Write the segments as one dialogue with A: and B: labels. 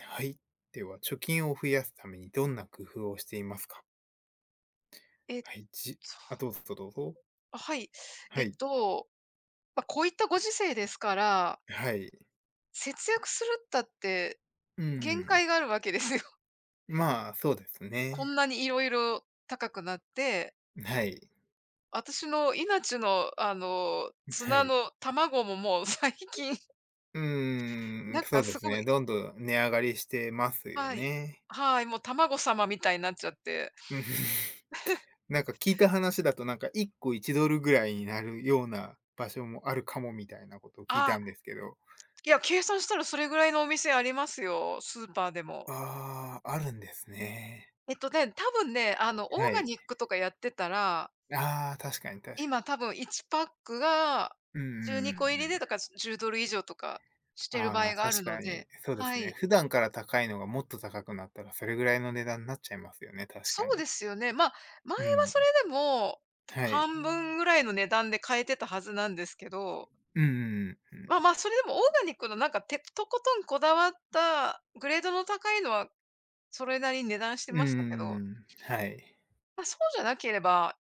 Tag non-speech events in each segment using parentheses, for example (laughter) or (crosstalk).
A: はい。では、貯金を増やすためにどんな工夫をしていますか？
B: えっと、
A: はい、じ、あ、どうぞどうぞ。
B: はい。え
A: は
B: っ
A: い、
B: と、まあ、こういったご時世ですから、
A: はい。
B: 節約するったって
A: う
B: 限
A: ん。
B: 界があるわけですよ。(laughs)
A: まあ、そうです
B: こん
A: ね。
B: なにいろいろ高くなって、
A: はい、
B: 私のいなちの、ツ
A: は
B: ナ
A: い。
B: の卵ももう (laughs) 最近、
A: うー
B: なん
A: そ
B: か
A: うで
B: す
A: す
B: ご
A: ね。
B: い
A: どんどん値上がりしてますよ
B: はい。
A: ね。
B: はい、もう卵様みたいになっちゃって。
A: うん (laughs)。なんか聞いた話だと、なんか1個 $1 ぐらいになるような場所もあるかもみたいなことを聞い
B: あ、
A: たんですけど。
B: いや、計算したらそれぐらいのお店ありますよ、スーパーでも。
A: ああ、あるんですね。
B: えっとね、多分ね、オー
A: は
B: ガ
A: い。
B: ニックとかやってたら
A: ああ、確かに確か
B: 今
A: に。
B: 多分1パックが
A: うんう
B: 12
A: んうんう
B: 個入りで、だ
A: ん。
B: から $10 以上とかしてる場
A: あ
B: 合
A: あ、
B: がある
A: 確
B: の
A: か
B: で、
A: に、そうで
B: は
A: すね。
B: い。
A: 普段から高いのがもっと高くなったら、それぐらいの値段になっちゃいますよね、確
B: そ
A: か
B: うで
A: に。
B: すよね。まあ、前は
A: うん、
B: それでも、
A: はい。
B: 半分ぐらいの値段で買えてたはずなんですけど、
A: うんうんうんうん。
B: まあまあ、それでもオーガニックのなんか、てとことんこだわった、グレードの高いのはそれなりに値段して
A: うんう
B: ましたけ
A: ん
B: ど、
A: うん。はい。
B: まあ、そうじゃなければ、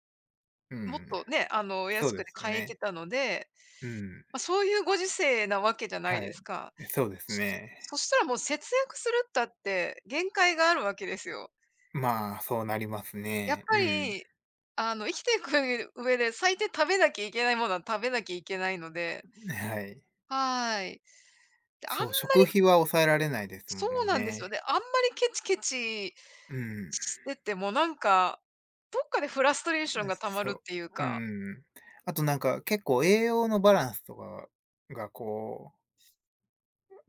A: う
B: もっ
A: ん、
B: とね、お
A: そう
B: 安く
A: で
B: で
A: すよ
B: 買えて
A: ね。
B: たので
A: うん、
B: まあ、そういうご時世なわけじゃない
A: は
B: です
A: い。
B: か。
A: そうです
B: そ
A: ね。
B: そしたらもう節約するったって限界があるわけですよ。
A: まあ、そうなります
B: やっ
A: ね。
B: ぱ
A: うん、
B: り、生きていく上で最低食べなきゃいけないものは食べなきゃいけないので、
A: はい。
B: はい。で、あん
A: そう、食費は抑えられないです
B: そ
A: も
B: う
A: ん
B: なんですよ
A: ね。
B: ね。あんまりケチケチ
A: うん。
B: しててもなんか、どっかでフラストレーションが溜まるっ
A: そ
B: ていう
A: う。う
B: か、
A: ん。あとなんか、結構栄養のバランスとかがこう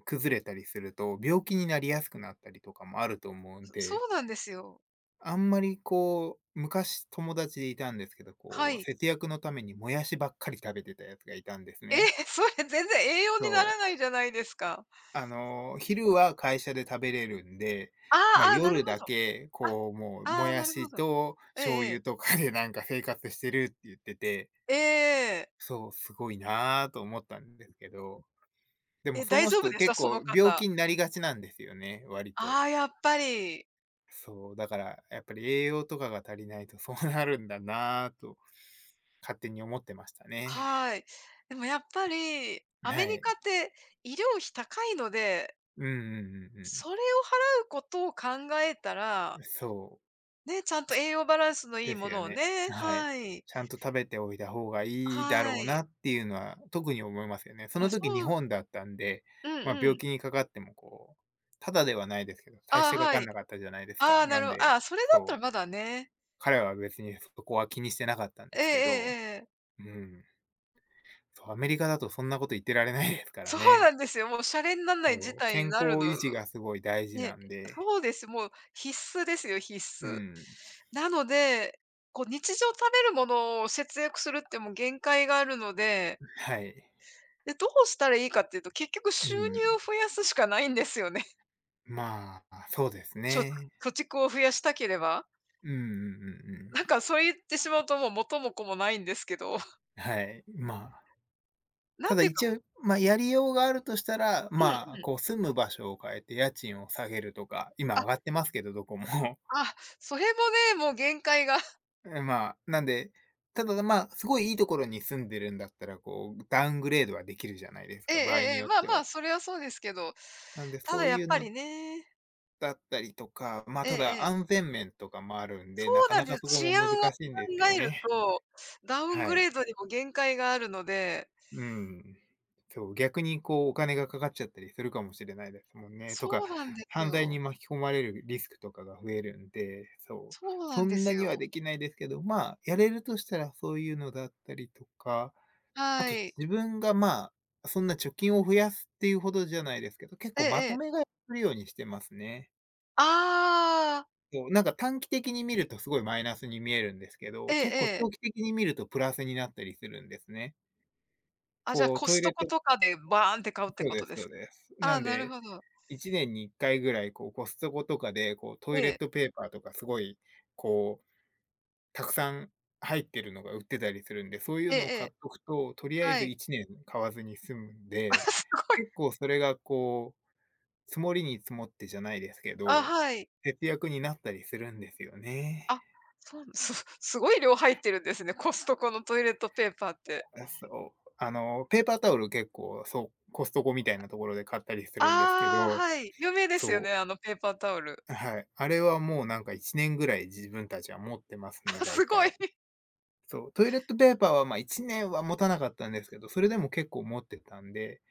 A: 崩れたりすると、病気になりやすくなったりとかもあると思うん
B: そ
A: で、
B: うなんですよ。
A: あんまりこう、昔友達でいたんですけど、
B: は
A: こう、
B: い。
A: 節約のためにもやしばっかり食べてたやつがいたんです
B: えー
A: ね。
B: (laughs) それ全然栄養になら
A: そう。
B: ないじゃないですか。
A: あの、昼は会社で食べれるんで、
B: あー
A: ま、
B: あー、なる
A: 夜
B: ほ
A: だ
B: ど。
A: け、
B: あ、
A: こう、もう、も
B: ああ、
A: や
B: なるほ
A: し
B: ど。
A: と
B: ええ
A: 醤
B: ええ。
A: 油とかでなんか生活してるって言ってて、
B: ええ。
A: そう、すごいなぁと思ったんですけど、でも
B: え、
A: そ
B: 大
A: の
B: 丈夫
A: 人
B: でした？
A: 結
B: その
A: 構病
B: 方。
A: 気になりがちなんですよね、割と。
B: ああ、やっぱり。
A: そう、だからやっぱり栄養とかが足りないとそうなるんだなぁと勝手に思ってましたね。
B: はい。でもやっぱり、ア
A: は
B: メリ
A: い。
B: カって医療費高いので、
A: うんうんうん
B: それを払うことを考えた
A: う
B: ら、
A: ん。そ
B: ね、ちゃん
A: う、
B: と
A: し
B: 栄養バランスのいい
A: で
B: も
A: すよ
B: のを
A: ね。
B: ね、
A: はい。
B: はい。
A: ちゃんと食べておいた方がいいだ
B: は
A: ろう
B: い。
A: なっていうのは特に思いますよね。そ
B: いや、
A: の
B: そ
A: 時日
B: う
A: 本だったんで、
B: うん
A: まあ、
B: う
A: 病
B: ん。
A: 気にかかってもこう、タダではないですけど、大し
B: あ
A: て
B: あ、
A: か
B: は
A: かん
B: い。
A: なかったじゃないです
B: あ
A: か。
B: あ、な
A: な
B: る
A: ん
B: ほ
A: で、
B: ああ、それだった
A: そ
B: ら
A: う、
B: まだね。
A: 彼は別にそこは気にしてなかったん
B: え
A: で
B: ええ
A: すけ
B: え
A: ど、
B: ええ。
A: うん、そう、アメリカだとそんなこと言ってられないですから
B: そうなん
A: ね。
B: ですよ。もうシャレになんない事
A: そう、
B: 態に
A: 健
B: なる
A: 康
B: の
A: 維持がすごい大事
B: え
A: な
B: え、
A: んで、
B: そうです。もう必須ですよ、必
A: う
B: 須。
A: ん、
B: なので、こう日常食べるものを節約するってもう限界があるので、
A: はい。
B: で、どうしたらいいかっていうと、結局
A: う
B: 収入を
A: ん、
B: 増やすしかないんですよね。(laughs)
A: まあ、そうです
B: ちょ
A: ね。
B: 貯蓄を増やしたければ。
A: うんうんうんうん。
B: なんかそう言ってしまうともう元も子もないんですけど、(laughs)
A: はい、まあ、
B: な
A: た
B: ん
A: だ
B: ていうか
A: 一応、まあ、やりようがあるとしたら、
B: うんうん。
A: まあ、こう住む場所を変えて家賃を下げるとか、今
B: あ、
A: 上がってますけど、どこも。(laughs)
B: それもね、もう限界が。(laughs)
A: え、まあ、なんで、ただ、まあ、すごいいいところに住んでるんだったら、こうダウングレードはできるじゃないです
B: えええ
A: か、場合
B: ええ
A: に
B: え、
A: よっ
B: まあ
A: て
B: ま
A: は。
B: あ、それはそうですけど、
A: なんで
B: ただ
A: そう
B: やっ
A: いう
B: ぱ
A: の
B: りね
A: だったりとか、まあ、
B: ええ
A: た
B: え
A: だ
B: え。
A: 安全面とかもあるん
B: そ
A: で、な
B: う
A: か
B: なん
A: な
B: で
A: かそ
B: す。
A: こも
B: 治安を考
A: 難しいんですよ
B: える
A: ね。
B: と、ダウン
A: は
B: グ
A: い。
B: レードにも限界があるので、
A: うん。そう、逆にこうお金がかかっちゃったりするかもしれないですもんね。と
B: そ
A: か、
B: うなんです
A: 犯罪に
B: よ。
A: 巻き込まれるリスクとかが増えるんで、そう、
B: そうな
A: そ
B: んで
A: ん
B: す
A: なに
B: よ。
A: はできないですけど、まあ、やれるとしたらそういうのだったりとか、あ
B: は
A: と
B: い。
A: 自分が、まあ、そんな貯金を増やすっていうほどじゃないですけど、結
B: え
A: 構
B: え
A: ま
B: え
A: と
B: え。
A: め買いするようにしてますね。
B: ああ、
A: そう、なんか短期的に見るとすごいマイナスに見えるんですけ
B: え
A: ど、
B: え
A: 結構
B: ええ。
A: 長期的に見るとプラスになったりするんですね。
B: じゃあ
A: こう
B: コ
A: ト
B: ス
A: イ
B: ト
A: レッ
B: コ
A: ト、
B: とかでバーンって買うって
A: そう
B: こと
A: です
B: で
A: そ
B: す
A: う
B: か？
A: です。
B: あ
A: な
B: あ、
A: ん
B: なる
A: で、
B: ほど。
A: 1年に1回ぐらいこうコストコとかで、こうト
B: え
A: イレッ
B: え、
A: トペーパーとかすごいこう、たくさん入ってるのが売ってたりするんで、そういう
B: ええ
A: のを
B: え
A: 買っ
B: え、
A: とくと、とりあえ
B: は
A: ず
B: い。
A: 1年買わずに済むん
B: (laughs)
A: で、
B: すごい。
A: 結構それがこう、積もりに積もってじゃないですけど、
B: はい。
A: 節約になったりするんですよね。
B: あ、そう、す (laughs) すごい量入ってるんですね、コストコのトイレットペーパーって。
A: あそう。あの、ペーパータオル結構、そう、コストコみたいなところで買ったりするんですけ
B: ああ、
A: ど、
B: はい。有名ですよ
A: そ
B: ね、
A: う、
B: あのペーパータオル。
A: はい。あれはもうなんか1年ぐらい自分たちは持ってますね、大
B: すごい。
A: 体。そう、トイレットペーパーは、ま、1年は持たなかったんですけど、それでも結構持ってたんで、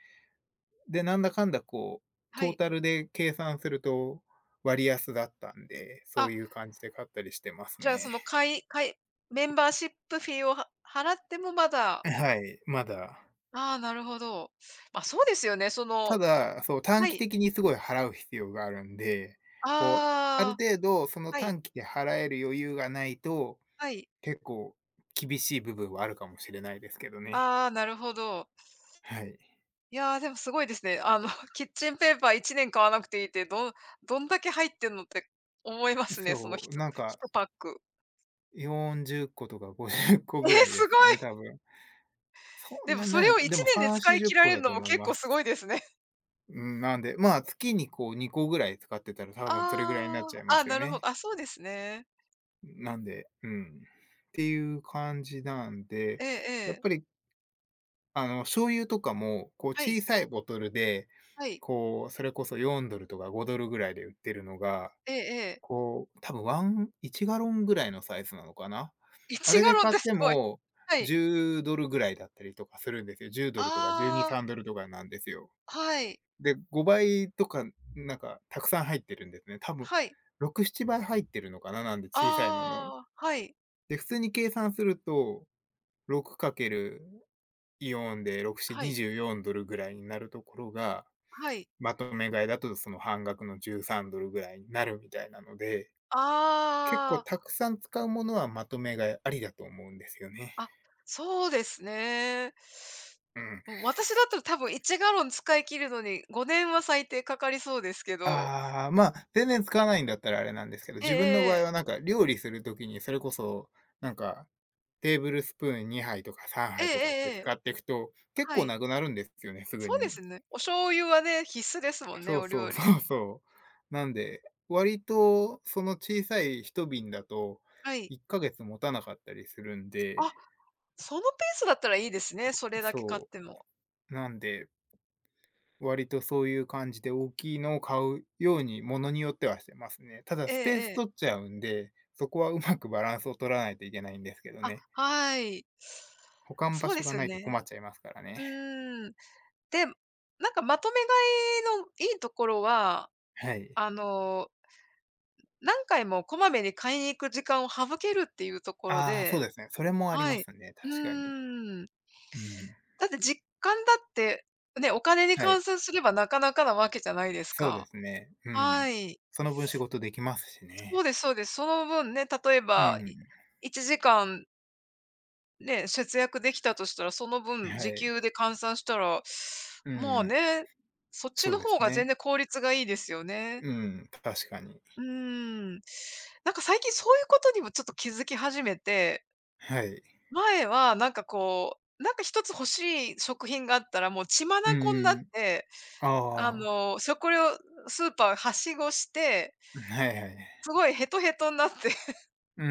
A: で、なんだかんだこう、
B: は
A: トー
B: い。
A: タルで計算すると割安だったんで、そ
B: あ
A: ういう感じで買ったりしてます
B: じゃあ、そ
A: ね。
B: の会会メンバーシップフィーをは払ってもま
A: (laughs)
B: だ
A: はい、まだ、
B: ああ、なるほど。ま、そうですよね。その
A: ただ、そう、短
B: は
A: 期
B: い。
A: 的にすごい払う必要があるんで、こう、ある
B: ああ、
A: 程度その
B: はい、
A: 短期で払える余裕がないと、
B: はい。
A: 結構厳しい部分はあるかもしれないですけどね。
B: ああ、なるほど。
A: はい。
B: いや、でもすごいですね。あの、(laughs) キッチンペーパー1年買わなくていいって、どん (laughs) どんだけ入ってんのって思いますね、その
A: そ
B: ひ
A: う、
B: と
A: なん
B: 1
A: か
B: パック。
A: 40個とか50個
B: (laughs) え
A: ぐ
B: え、
A: らいで
B: すごい。
A: すかね、多分。そ
B: (laughs)
A: ん
B: でも
A: なに
B: そ
A: ない
B: れ
A: の
B: を
A: か、で
B: 1
A: も
B: 年
A: 3、
B: で
A: 40
B: 使い切ら
A: 個
B: れる
A: だ
B: の
A: と
B: も
A: 思い
B: 結
A: ま
B: 構すご
A: す。
B: いですね。
A: うん、なんで、まあ、月にこう2個ぐらい使ってたら
B: (laughs)
A: 多分それぐらいになっ
B: あ
A: ちゃい
B: あ、あ
A: ま
B: あ、
A: すよ
B: なるほど。
A: ね。
B: そうですね。
A: なんで、うん。っていう感じなんで、
B: ええ
A: やっ
B: ええ。
A: ぱりあの、醤油とかも、こう
B: はい、
A: 小さいボトルで、
B: はい。
A: こう、それこそ $4 とか $5 ぐらいで売ってるのが、
B: ええええ。
A: こう、多分1ガロンぐらいのサイズなのかな。あ
B: 1
A: れ
B: ガ
A: で
B: ロンっ
A: 買っ
B: てす
A: て
B: ごい。
A: も
B: はい。
A: $10 ぐらいだったりとかするんですよ。$10 とか
B: あ
A: $12、
B: あ、
A: $3 とかなんですよ。
B: はい。
A: で、5倍とか、なんかたくさん入ってるんですね。多分
B: はい。
A: 6、7倍入ってるのかな、なんで小さいのの。
B: ああ、はい。
A: で、普通に計算すると、6かけるイオンで6紙
B: はい。
A: 24ドルぐらいになるところが、
B: はい。
A: まとめ買いだとその半額の13ドルぐらいになるみたいなので、結構
B: あ
A: たくさん使うものはまとめ買いありだと思うんですよね。
B: あ、そうですね。
A: うん。
B: うん、私だったら多分1ガロン使い切るのに5年は最低かかりそうですけど。
A: ああ、まあ、全然使わないんだったらあれなんですけど、
B: ええ
A: 自分の場合
B: ええ。
A: はなんか料理する時にそれこそ、なんか、テーブルスプーン2杯とか3
B: ええ
A: 杯とかって
B: えええ
A: 使
B: え。
A: っていくと、結
B: は
A: 構
B: い。
A: なくなるんですよね、すぐ
B: そうで
A: に。
B: すね。お醤油はね、必須ですもんね、
A: そう
B: お
A: そ
B: 料
A: うそ
B: 理。
A: うそう。なんで、割とその小さい一瓶だと
B: はい。
A: 1ヶ月持たなかったりするんで、
B: あ、そのペースだったらいいですね、それだけ買っ
A: そ
B: ても。
A: う、なんで、割とそういう感じで大きいのを買うように、ものによってはしてますね。ただ
B: え
A: スペー
B: ええ
A: ス
B: え。
A: 取っちゃうんで、そこはうまくバランスを取らないといけないんですけどね。
B: はい。
A: 保管場
B: そうで
A: 所が
B: すよ
A: ないと困
B: ね。
A: っちゃいますから
B: う
A: ね。
B: ーん。で、なんかまとめ買いのいいところは、
A: はい。
B: あの、何回もこまめに買いに行く時間を省けるっていうところ
A: ああ、そう
B: で
A: ですね。それもあり
B: は
A: ま
B: い。
A: すね、
B: う
A: 確かに。
B: ーん。
A: うん。
B: だって実感だって、ね、お金に
A: は
B: 換
A: い。
B: 算すればなかなかなわけじゃないです
A: そうで
B: か。
A: すね。う
B: は
A: ん。
B: い。
A: その分仕事できますし
B: そう
A: ね。
B: ですそうです。その分ね、例え
A: う
B: ば、
A: ん、
B: 1時間ね、節約できたとしたら、その分
A: は
B: 時
A: い。
B: 給で換算したら、
A: う
B: まあ
A: ん、
B: ね、そっち
A: そう
B: の
A: で
B: 方
A: す
B: が全
A: ね。
B: 然効率がいいですよね。
A: うん、確かに。
B: うーん。なんか最近そういうことにもちょっと気づき始めて、
A: はい。
B: 前はなんかこう、なんか一つ欲しい食品があったら、もう血眼
A: う
B: になっ
A: ん、
B: て、
A: ああ、
B: そこをスーパーはしごして、
A: はいは
B: す
A: い。
B: ごいヘトヘトになって、(laughs)
A: うん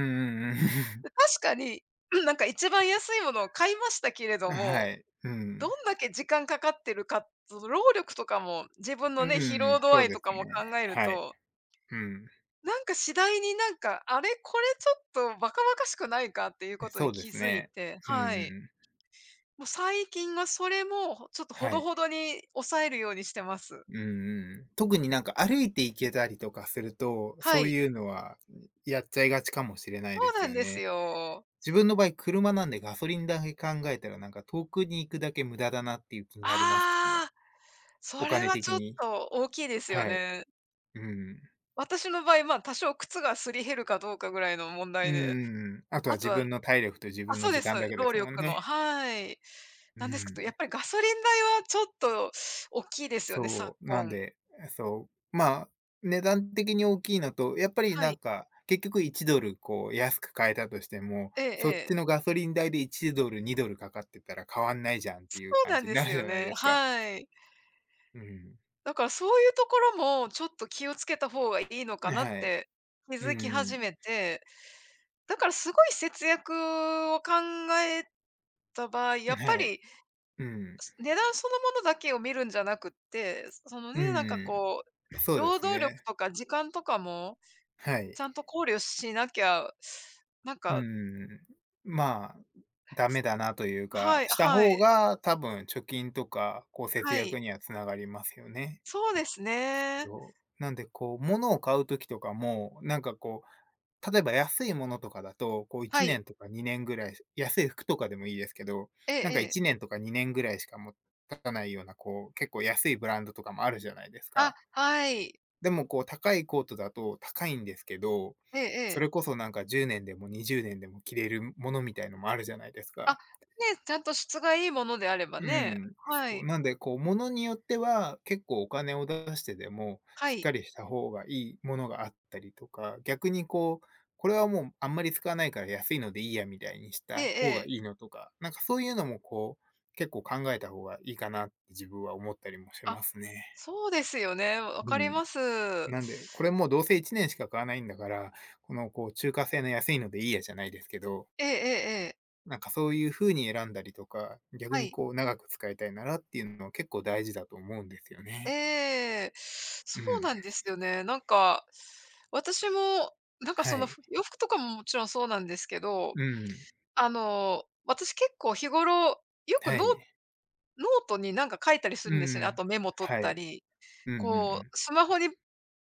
A: うんうん。
B: 確かに、うんなんか一番安いものを買いましたけれ
A: (laughs)
B: ども
A: はい。う
B: ど
A: ん。
B: んだけ時間かかってるか、その労力とかも、自分の
A: う
B: ね、疲
A: ん、
B: 労度
A: そ
B: 合
A: う
B: い
A: で
B: と
A: す
B: かも考
A: ね。
B: える
A: はい。
B: と、
A: うん。
B: なんか次第になんか、あれ、これちょっとバカバカしくないかっていうことに
A: そうで
B: 気
A: す
B: づい
A: ね。
B: て、
A: う
B: はい。
A: ん
B: もう最近はそれもちょっとほ
A: は
B: ど
A: い。
B: ほどに抑えるようにしてます。
A: うんうん。特になんか歩いて行けたりとかすると、
B: は
A: そう
B: い。
A: いうのは、やっちゃいがちかもしれな
B: そ
A: いで
B: う
A: す
B: なん
A: よ
B: です
A: ね。
B: よ。
A: 自分の場合、車なんでガソリンだけ考えたら、なんか遠くに行くだけ無駄だなっていう気になりますしね。
B: ああ、そ
A: お
B: れ
A: 金
B: はち
A: 的
B: ょっ
A: に、
B: と大きいですよ
A: はい。
B: ね。
A: うん。
B: 私の場合、まあ多少靴がすり減るかどうかぐらいの問
A: う
B: 題
A: んう
B: で、
A: んうん、あと
B: あ
A: は
B: と
A: 自
B: は
A: 分の体力と自分
B: そ
A: の
B: うで
A: 時
B: す。
A: 間だけで
B: 労
A: すもん
B: 力の、
A: ね。
B: はい。
A: う
B: なんですけど、やっ
A: ん。
B: ぱりガソリン代はちょっと大きいですよね、昨
A: そう、なん
B: 今。
A: で、そう、まあ、値段的に大きいのと、やっぱり
B: は
A: なん
B: い。
A: か、結局 $1 こう安く買えたとしても、
B: えええ
A: そっ
B: え。
A: ちのガソリン代で $1、$2 かかってたら変わんないじゃんって
B: そ
A: いう
B: う
A: 感
B: なん
A: じ
B: で
A: にな
B: す
A: るじ
B: よ
A: ゃない
B: ね。
A: ですか。
B: はい。
A: うん。
B: だからそういうところもちょっと気をつけた方がいいのかなっ
A: はい。
B: て気
A: う
B: づき始
A: ん
B: めて、だからすごい節約を考えた場合、やっぱ
A: はい。
B: り
A: うん。
B: 値段そのものだけを見るんじゃなくって、その
A: う
B: ね、なんか
A: ん。
B: こう、
A: そうで
B: 労
A: す
B: 働力
A: ね。
B: とか時間とかも
A: はい。
B: ちゃんと考慮しなきゃ、なん
A: う
B: か
A: ん、まあ、ダメだなという
B: は
A: か、
B: い
A: した
B: は
A: 方
B: い、
A: が多分貯金とか、こう節
B: はい。
A: 約にはつながりますよね。
B: そうですね。
A: と、なんでこう、物を買うときとかも、なんかこう、例えば安いものとかだと、こう
B: は
A: 1
B: い。
A: 年とか2年ぐらい、安い服とかでもいいですけど、
B: ええ
A: なんか
B: ええ。
A: 1年とか2年ぐらいしかもたたないような、こう、結構安いブランドとかもあるじゃないですか。
B: はい。
A: でもこう高いコートだと高いんですけど、
B: ええ
A: そ
B: ええ。
A: れこそなんか10年でも20年でも着れるものみたいのもあるじゃないです
B: ね、
A: か。
B: ちゃんと質がいいものであれば
A: う
B: ね。
A: ん、そ
B: は
A: う。
B: い。
A: なんで、こう、ものによっては、結構お金を出してでも、
B: は
A: しっ
B: い。
A: かりした方がいいものがあったりとか、逆にこう、これはもうあんまり使わないから安いのでいいやみたいにし
B: ええ
A: た
B: え
A: 方が
B: え。
A: いいのとか、なんかそういうのもこう、結構考えた方がいいかなって自分は思ったりもし
B: あ、
A: ますね。
B: そうですよね。わ
A: う
B: かり
A: ん。
B: ます。
A: なんで、これもうどうせ1年しか買わないんだから、このこう中華製の安いのでいいやじゃないですけど、
B: ええええええ。
A: なんかそういう風に選んだりとか、逆
B: は
A: に
B: い。
A: こう長く使いたいならっていうのは結構大事だと思うんですよ
B: え
A: ね。
B: え。そ
A: う
B: う
A: ん。
B: なんですよね。なんか、私も、なんか
A: は
B: その
A: い。
B: 洋服とかももちろんそうなんですけど
A: うん。
B: 私結構日頃、よく
A: は
B: ノノ
A: い。
B: ートになんか書いたりす
A: う
B: るんですよね。あ
A: ん。
B: とメモ取っ
A: は
B: た
A: い。
B: り。
A: うんうんう
B: こ
A: ん。
B: う、スマホに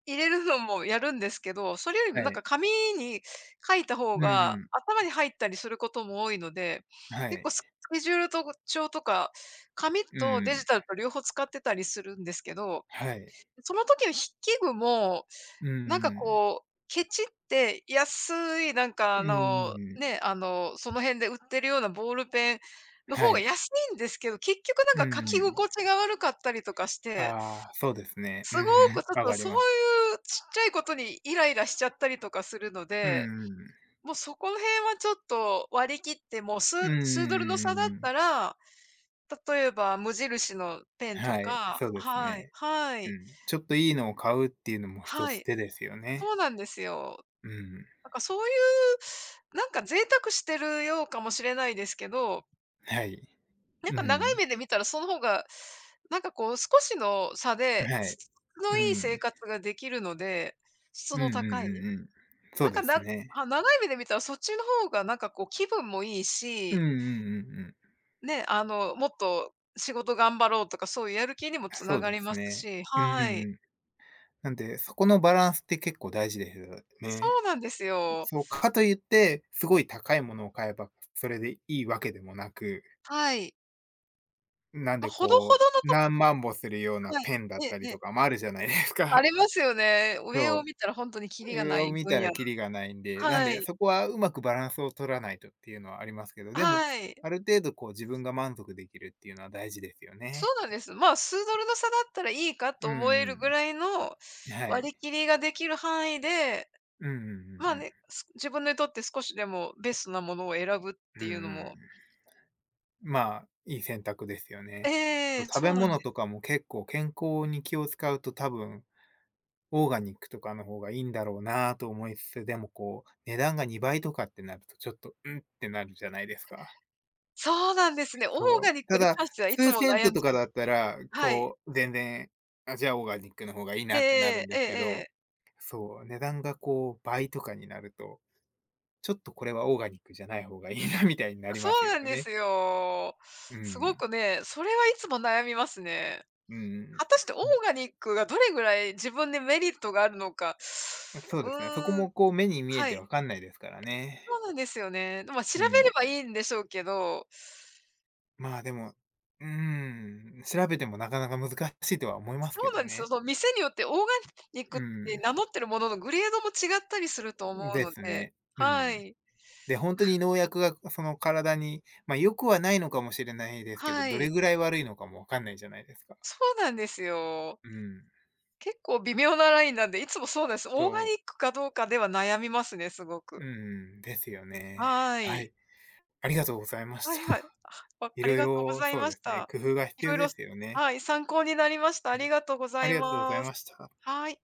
B: 入れるのもやるんですけど、それより
A: は
B: もなん
A: い。
B: か紙に書いた方
A: うん
B: が
A: うん。
B: 頭に入ったりすることも多いので、
A: は
B: 結
A: い。
B: 構スケジュールと帳とか、紙
A: う
B: とデジ
A: ん。
B: タルと両方使ってたりするんですけど
A: はい。
B: その時の筆記具も、
A: う
B: なんか
A: ん。
B: こう、ケチって安いなんかあ
A: う
B: の、
A: ん。
B: ね、あの、その辺で売ってるようなボールペンの
A: は
B: 方が
A: い。
B: 安いんですけど、結局な
A: う
B: んか書き
A: ん。
B: 心地が悪かったりとかして、
A: ああ、そうですね。
B: す
A: う
B: ごく
A: ん。
B: ちょっ
A: わ
B: と
A: かり
B: そう
A: ます。
B: いうちっちゃいことにイライラしちゃったりとかするの
A: う
B: で、
A: んうん。
B: もうそこの辺はちょっと割り切って、もう数
A: うんう
B: 数ドルの差
A: ん
B: だっ
A: う
B: た
A: ん。
B: ら、例えば無印のペンと
A: はい、
B: か
A: そうです
B: はい、
A: ね。
B: は
A: う
B: い、
A: ん。ちょっといいのを買うっていうのも一
B: は
A: つ
B: い、
A: 手ですよね。
B: そうなんですよ。
A: うん。
B: なんかそういう、なんか贅沢してるようかもしれないですけど、
A: はい。
B: なん
A: う
B: か長い
A: ん。
B: 目で見たらその方が、なんかこう少しの差で、
A: はい。
B: 質の
A: う
B: いい生
A: ん。
B: 活ができるので、質
A: うんうん
B: の
A: う
B: 高い。
A: んうん。そ
B: な
A: う
B: ん
A: で
B: か
A: す
B: な
A: ね。
B: あ長い目で見たらそっちの方がなんかこう気分もいい
A: うんう
B: し、
A: んうんうん。
B: ね、もっと仕事頑張ろうとかそういうやる気にもつ
A: そ
B: な
A: う
B: が
A: で
B: り
A: す
B: ます
A: ね。
B: し、
A: うんう
B: は
A: んう
B: い。
A: ん。なんで、そこのバランスって結構大事ですよ
B: そ
A: ね。
B: うなんですよ。
A: そう、かといって、すごい高いものを買えば、それでいいわけでもなく、
B: はい。
A: なん
B: まあ、
A: で
B: ほどほ
A: こう、
B: どのとこ
A: 何万歩するような
B: はい。
A: ペンだっ
B: ええ
A: たり
B: ええ。
A: とかもあるじゃないです
B: あ
A: か。
B: りますよね。
A: (laughs)
B: 上を
A: そ
B: 見たら本当にキリ
A: う。
B: が
A: 上
B: な
A: を
B: い
A: 見
B: 分
A: た
B: 野
A: らキリがないんで、なん
B: は
A: で、
B: い。
A: そこはうまくバランスを取らないとっていうのはありますけど、でも、
B: はい。
A: ある程度こう自分が満足できるっていうのは大事ですよ
B: そ
A: ね。
B: うなんです。まあ、数ドルの差だったらいいか
A: う
B: と思えるぐ
A: ん
B: らいの
A: うん。は
B: 割り
A: い。
B: 切りができる範囲で、
A: うんうんうんう
B: まあ
A: ん。
B: ね、自分にとって少しでもベストなものを選ぶっ
A: うんう
B: ていうの
A: ん。
B: も
A: まあ、いい選択ですよね。
B: ええ、
A: 食
B: そ
A: べ
B: うなんで
A: 物と
B: す
A: かも結構健康に気を使うと多分、オーガニックとかの方がいいんだろうなと思いつつ、でもこう、値段が2倍とかってなるとちょっと、うんってなるじゃないですか。
B: そうなんですね。オー
A: そ
B: ガ
A: う。
B: ニック
A: た
B: に
A: だ、
B: 関してはいつ
A: 数
B: も
A: セン
B: 悩
A: ト
B: ん
A: と
B: じゃ
A: か
B: う
A: だったら、
B: はい。
A: こう、全然、あ、じゃあオーガニックの方がいい
B: え
A: なってなる
B: え
A: んで
B: えええええ
A: すけど、
B: え。
A: そう、値段がこう倍とかになると、ちょっとこれはオーガニックじゃない方がいいなみたいになり
B: そ
A: ますよ
B: うなんで
A: ね。
B: すよ。
A: う
B: すご
A: ん。
B: くね、それはいつも悩みますね。
A: うん。
B: 果たしてオーガニックがどれぐらい自分でメリットがあるのか。
A: うん。そう
B: う
A: ですね。そこ
B: ーん、
A: もこう目に見え
B: は
A: て
B: い。
A: わかんないですから
B: そ
A: ね。
B: うなんですよね。で、まあ、調
A: う
B: べれ
A: ん。
B: ばいいんでしょうけど、
A: まあでも、うーん、調べてもなかなか難しいとは思いま
B: そ
A: すけ
B: う
A: ど
B: なんですよ。
A: ね。
B: その店によってオーガニックっ
A: う
B: て
A: ん。
B: 名乗ってるもののグレードも違ったりすると思う
A: で
B: の
A: す
B: で、
A: ね。う
B: は
A: ん。
B: い。
A: で、本当に農薬がその体に、まあ良くはないのかもしれないですけど、
B: は
A: どれ
B: い。
A: ぐらい悪いのかもわかんないじゃないですか。
B: そうなんですよ。
A: うん。
B: 結構微妙なラインなんで、いつもそうなんです。オーガニ
A: そ
B: ックかどうかでは悩みますね、すご
A: う、う
B: く。
A: ん、ですよね。
B: は
A: は
B: い。
A: い。ありがとうございまし
B: は
A: た。
B: いはい。(laughs)
A: い
B: あり
A: ろい
B: がとうご
A: ろ
B: ざい
A: そう
B: ま
A: で
B: し
A: すね、
B: た。
A: 工夫が
B: い
A: 必
B: ろ
A: 要
B: いろ
A: ですよね。
B: はい、参考になりました。
A: は
B: あ
A: い。
B: りがとうござ
A: あ
B: い
A: りがとうござい
B: ま
A: ま
B: す。
A: した。
B: はい。